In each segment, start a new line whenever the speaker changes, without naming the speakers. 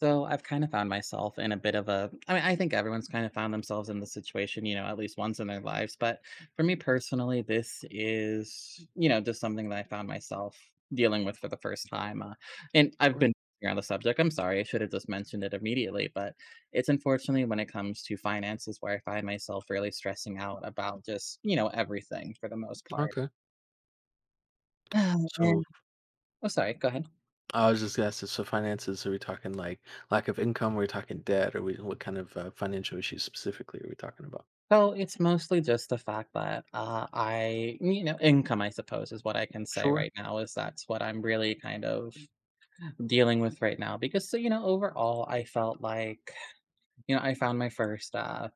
So I've kind of found myself in a bit of a I think everyone's kind of found themselves in this situation, you know, at least once in their lives. But for me personally, this is, you know, just something that I found myself dealing with for the first time. And I've
Sure.
been here on the subject. I'm sorry, I should have just mentioned it immediately. But it's unfortunately when it comes to finances where I find myself really stressing out about just, you know, everything for the most part.
Okay. So
And, oh, sorry, go ahead.
I was just gonna ask, so finances, are we talking like lack of income? Are we talking debt? Are we what kind of financial issues specifically are we talking about?
So it's mostly just the fact that I, you know, income, I suppose, is what I can say
Sure.
right now, is that's what I'm really kind of dealing with right now. Because, so, you know, overall, I felt like, you know, I found my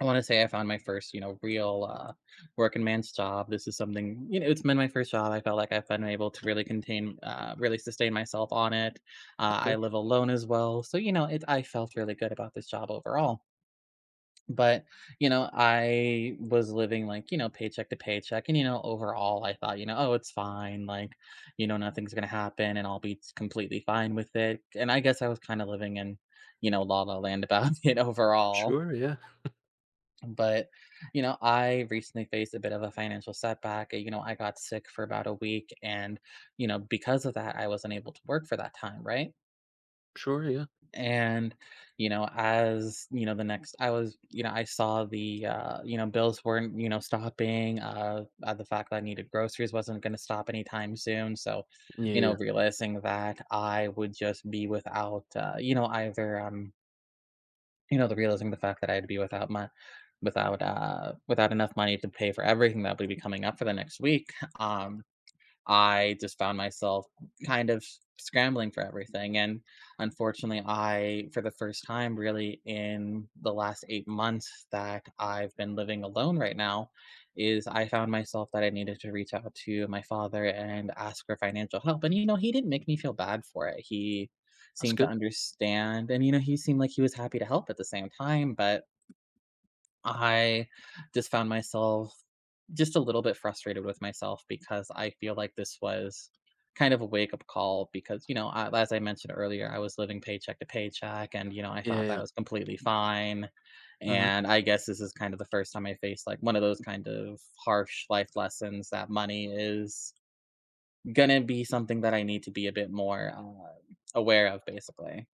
I want to say I found my first, you know, real working man's job. This is something, you know, it's been my first job. I felt like I've been able to really really sustain myself on it.
Okay.
I live alone as well. So, you know, it, I felt really good about this job overall. But, you know, I was living, like, you know, paycheck to paycheck, and, you know, overall, I thought, you know, "Oh, it's fine, like, you know, nothing's gonna happen, and I'll be completely fine with it," and I guess I was kinda living in, you know, la la land about it overall,
Sure. Yeah.
but, you know, I recently faced a bit of a financial setback, you know, I got sick for about a week, and, you know, because of that, I wasn't able to work for that time, right?
Sure. Yeah.
And, you know, as, you know, the next I was, you know, I saw you know, bills weren't, you know, stopping, the fact that I needed groceries wasn't going to stop anytime soon. So,
Yeah.
you
Yeah.
know, realizing that I would just be without, you know, you know, the realizing the fact that I'd be without my, without enough money to pay for everything that would be coming up for the next week. Um, I just found myself kind of scrambling for everything, and unfortunately, I for the first time really in the last 8 months that I've been living alone right now, is I found myself that I needed to reach out to my father and ask for financial help, and, you know, he didn't make me feel bad for it. He
That's
seemed to
good.
understand, and, you know, he seemed like he was happy to help at the same time, but I just found myself just a little bit frustrated with myself because I feel like this was kind of a wake up call because you know I, as I mentioned earlier, I was living paycheck to paycheck, and you know I
Yeah.
thought that
Yeah.
was completely fine.
Hmm.
And I guess this is kind of the first time I faced like one of those kind of harsh life lessons that money is gonna be something that I need to be a bit more aware of, basically.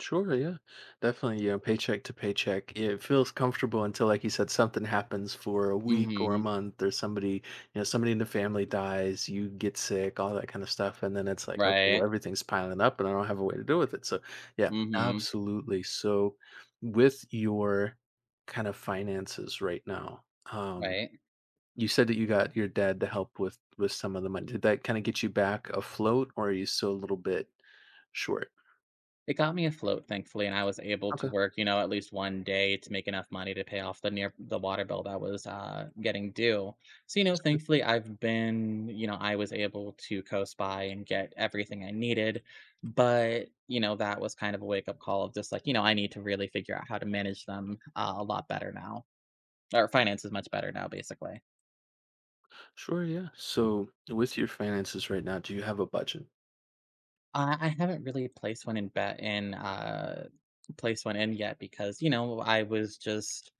Sure, yeah. Definitely, paycheck to paycheck. It feels comfortable until, like you said, something happens for a week or a
Hmm.
month or somebody in the family dies, you get sick, all that kind of stuff. And then it's like, okay, well,
Right.
everything's piling up and I don't have a way to deal with it. So, yeah,
Hmm.
absolutely. So, with your kind of finances right now, um,
Right.
you said that you got your dad to help with some of the money. Did that kind of get you back afloat or are you still a little bit short?
It got me afloat, thankfully, and I was able to
Okay.
work, you know, at least one day to make enough money to pay off the near the water bill that was, getting due. So, you know, thankfully, I've been you know, I was able to coast by and get everything I needed, but, you know, that was kind of a wake-up call of just like, you know, I need to really figure out how to manage them, a lot better now, or finances much better now, basically.
Sure, yeah. So, with your finances right now, do you have a budget?
I haven't really placed one in placed one in yet because, you know, I was just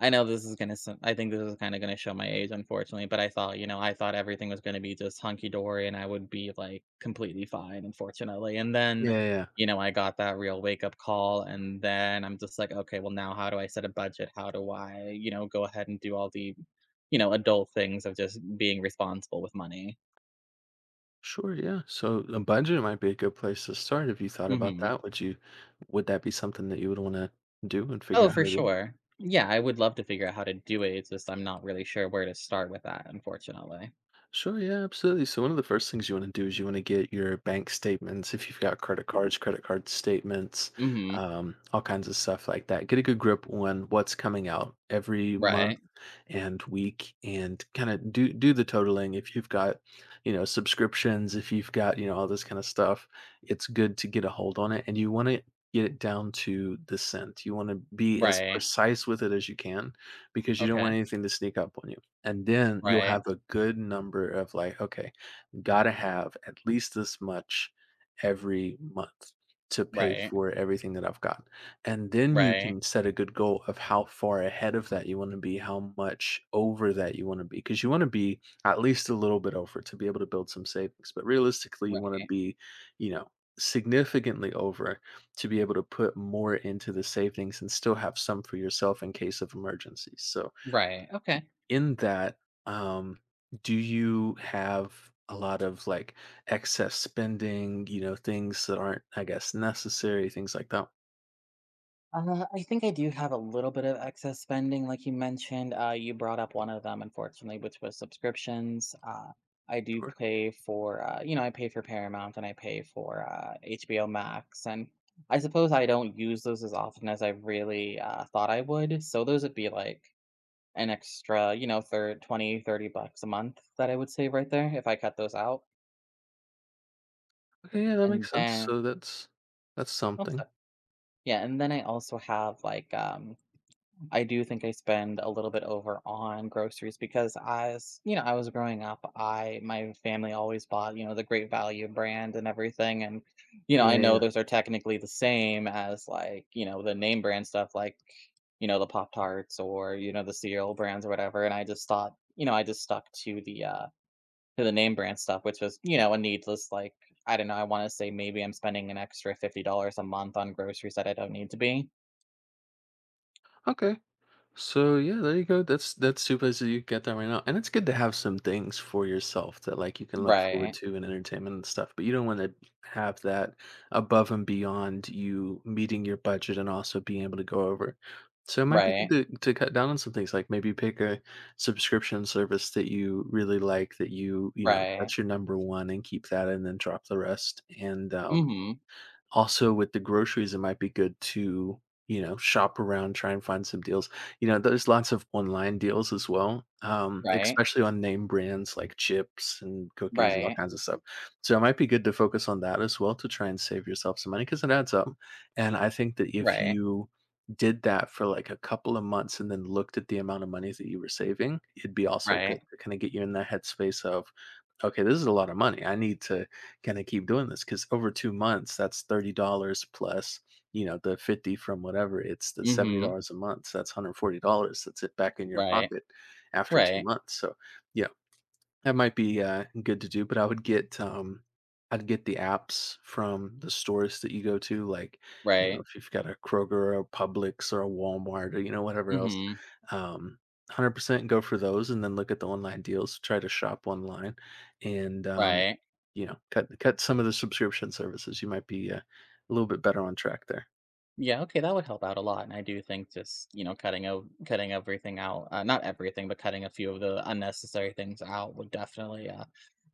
I know this is gonna so I think this is kinda gonna show my age, unfortunately, but I thought, you know, I thought everything was gonna be just hunky dory and I would be, like, completely fine, unfortunately, and then,
Yeah, yeah.
you know, I got that real wake up call, and then I'm just like, "Okay, well, now how do I set a budget? How do I, you know, go ahead and do all the, you know, adult things of just being responsible with money?"
Sure, yeah. So, a budget might be a good place to start. If you thought about
Mhm.
that, would that be something that you would want to do and figure
Oh,
out how
for
to do?
sure. Yeah, I would love to figure out how to do it, it's just I'm not really sure where to start with that, unfortunately.
Sure, yeah, absolutely. So one of the first things you want to do is you want to get your bank statements. If you've got credit cards, credit card statements,
Mhm.
all kinds of stuff like that. Get a good grip on what's coming out every month
Right.
and week, and kind of do the totaling. If you've got, subscriptions, if you've got, all this kind of stuff, it's good to get a hold on it, and you want to get it down to the cent. You want to be as
Right.
precise with it as you can because you don't want
Okay.
anything to sneak up on you. And then you'll
Right,
have a good number of like, okay, gotta have at least this much every month to pay
right,
for everything that I've got. And then you
right,
can set a good goal of how far ahead of that you want to be, how much over that you want to be, because you want to be at least a little bit over to be able to build some savings. But realistically, you want to
right,
be, you know, significantly over to be able to put more into the savings and still have some for yourself in case of emergencies. So
right, okay.
in that, um, do you have a lot of like excess spending, things that aren't, I guess, necessary, things like that?
I think I do have a little bit of excess spending, like you mentioned, you brought up one of them, unfortunately, which was subscriptions. I do
Sure.
pay for, you know, I pay for Paramount and I pay for, HBO Max, and I suppose I don't use those as often as I really, thought I would, so those would be, like, an extra, you know, thir $20, $30 a month that I would save right there if I cut those out,
Okay, yeah, that
and
makes sense.
then
So that's
oops,
something.
yeah, and then I also have, like, I do think I spend a little bit over on groceries because as, you know, I was growing up, I my family always bought, you know, the Great Value brand and everything, and, you know,
Yeah,
I
yeah,
know
yeah.
those are technically the same as, like, you know, the name brand stuff like, you know, the Pop-Tarts or, you know, the cereal brands or whatever, and I just thought you know, I just stuck to to the name brand stuff, which was, you know, a needless, like, I don't know, I wanna say maybe I'm spending an extra $50 a month on groceries that I don't need to be.
Okay. So yeah, there you go. That's two places you can get that right now, and it's good to have some things for yourself that like you can look forward
Right,
to in entertainment and stuff. But you don't want to have that above and beyond you meeting your budget and also being able to go over. So it might be good
right,
to cut down on some things, like maybe pick a subscription service that you really like, that you know
right.
that's your number one, and keep that, and then drop the rest. And
Mhm.
also, with the groceries, it might be good to, shop around, try and find some deals. You know, there's lots of online deals as well,
Right,
especially on name brands like chips and cookies and all
right,
kinds of stuff. So it might be good to focus on that as well to try and save yourself some money because it adds up. And I think that if
right,
you did that for like a couple of months and then looked at the amount of money that you were saving, it'd be also good
right.
to kind of get you in that headspace of, okay, this is a lot of money. I need to can I keep doing this? Because over 2 months, that's $30 plus, the 50 from whatever. It's the seventy
Mhm.
dollars a month. So that's $140. That's it back in your
Right,
pocket after two
right,
months. So yeah, that might be, good to do, but I'd get the apps from the stores that you go to, like,
right.
if you've got a Kroger or a Publix or a Walmart or, whatever else,
Mhm.
um, 100% go for those and then look at the online deals, try to shop online and,
Right.
cut some of the subscription services. You might be, a little bit better on track there.
Yeah, okay, that would help out a lot, and I do think just, you know, cutting o cutting everything out, not everything, but cutting a few of the unnecessary things out would definitely,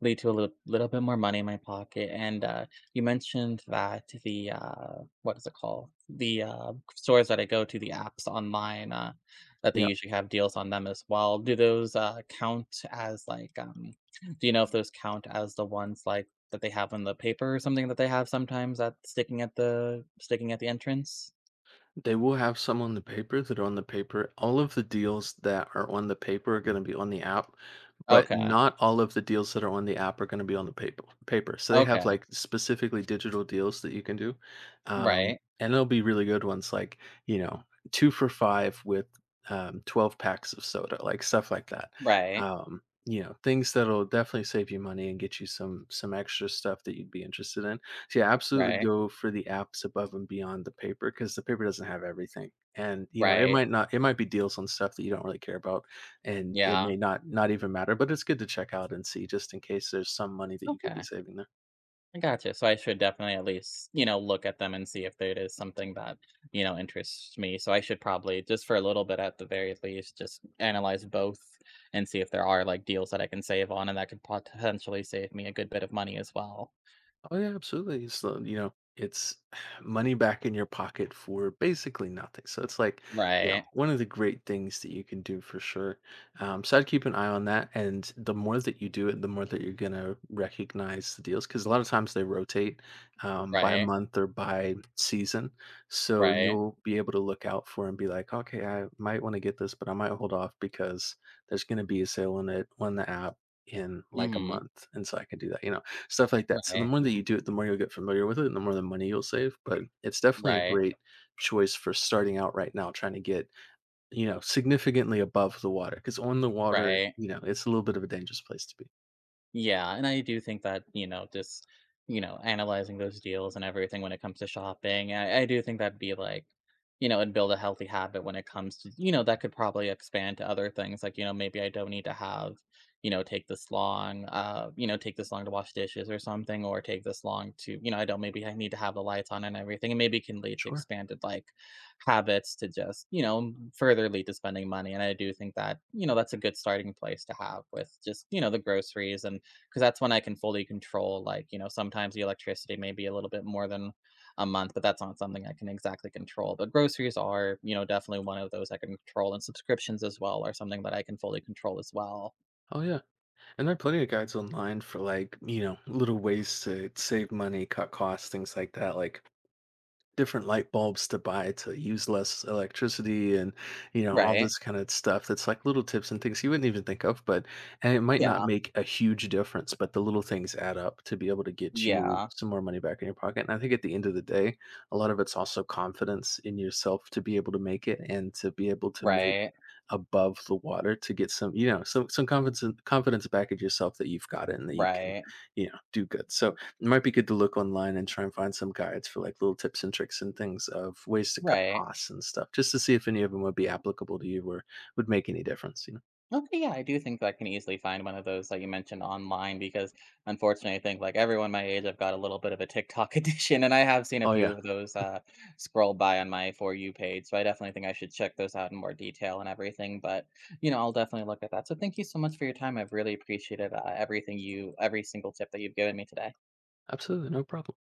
lead to a little little bit more money in my pocket, and, you mentioned that what is it called? The stores that I go to, the apps online, that they
Yeah,
usually have deals on them as well. Do those, count as, like, do you know if those count as the ones, like, that they have on the paper or something that they have sometimes at sticking at the entrance?
they will have some on the paper that are on the paper. All of the deals that are on the paper are gonna be on the app, but
Okay,
not all of the deals that are on the app are gonna be on the paper paper. So they have,
okay.
like, specifically digital deals that you can do,
Right,
and they'll be really good ones, like, you know, 2 for 5 with, 12 packs of soda, like, stuff like that.
right,
Things that'll definitely save you money and get you some extra stuff that you'd be interested in. So, yeah, absolutely
right,
go for the apps above and beyond the paper because the paper doesn't have everything. And it
right.
might not it might be deals on stuff that you don't really care about, and it
Yeah,
may not even matter, but it's good to check out and see just in case there's some money that you could be
okay,
saving there.
I gotcha. So I should definitely at least, you know, look at them and see if it is something that, you know, interests me. So I should probably just for a little bit at the very least, just analyze both and see if there are, like, deals that I can save on and that could potentially save me a good bit of money as well.
Oh yeah, absolutely. It's money back in your pocket for basically nothing. So it's like, yeah,
Right,
one of the great things that you can do for sure. So I'd keep an eye on that, and the more that you do it, the more that you're gonna recognize the deals, because a lot of times they rotate by
right,
month or by season. So
right.
you'll be able to look out for and be like, okay, I might want to get this, but I might hold off because there's gonna be a sale on it on the app in like a
Mhm.
month, and so I can do that. You know, stuff like that. So the
Right,
more that you do it, the more you'll get familiar with it, and the more the money you'll save, but it's definitely a
right.
great choice for starting out right now, trying to get, significantly above the water, because on the water,
Right.
you know, it's a little bit of a dangerous place to be.
Yeah, and I do think that, you know, just, you know, analyzing those deals and everything when it comes to shopping, I do think that'd be like, you know, and build a healthy habit when it comes to, you know, that could probably expand to other things. Like, you know, maybe I don't need to have, you know, take this long, you know, take this long to wash dishes or something, or take this long to, you know, I don't maybe I need to have the lights on and everything. And maybe it can lead to
Sure.
expanded like habits to just, you know, further lead to spending money. And I do think that, you know, that's a good starting place to have with just, you know, the groceries and because that's when I can fully control. Like, you know, sometimes the electricity may be a little bit more than a month, but that's not something I can exactly control. But groceries are, you know, definitely one of those I can control, and subscriptions as well are something that I can fully control as well.
Oh, yeah, and there are plenty of guides online for, like, little ways to save money, cut costs, things like that, like different light bulbs to buy to use less electricity, and all
Right?
this kind of stuff that's like little tips and things you wouldn't even think of, but and it might not
Yeah.
make a huge difference, but the little things add up to be able to get you
Yeah.
some more money back in your pocket. And I think at the end of the day, a lot of it's also confidence in yourself to be able to make it and to be able to make
Right.
above the water, to get some confidence back at yourself that you've got it and that you can
Right.
do good. So it might be good to look online and try and find some guides for like little tips and tricks and things of ways to cut
Right.
costs and stuff, just to see if any of them would be applicable to you or would make any difference, you know?
Okay, yeah, I do think that I can easily find one of those that you mentioned online because unfortunately I think like everyone my age I've got a little bit of a TikTok addiction and I have seen a
Oh yeah,
few of those scroll by on my for you page. So I definitely think I should check those out in more detail and everything. But you know, I'll definitely look at that. So thank you so much for your time. I've really appreciated everything you every single tip that you've given me today.
absolutely, no problem.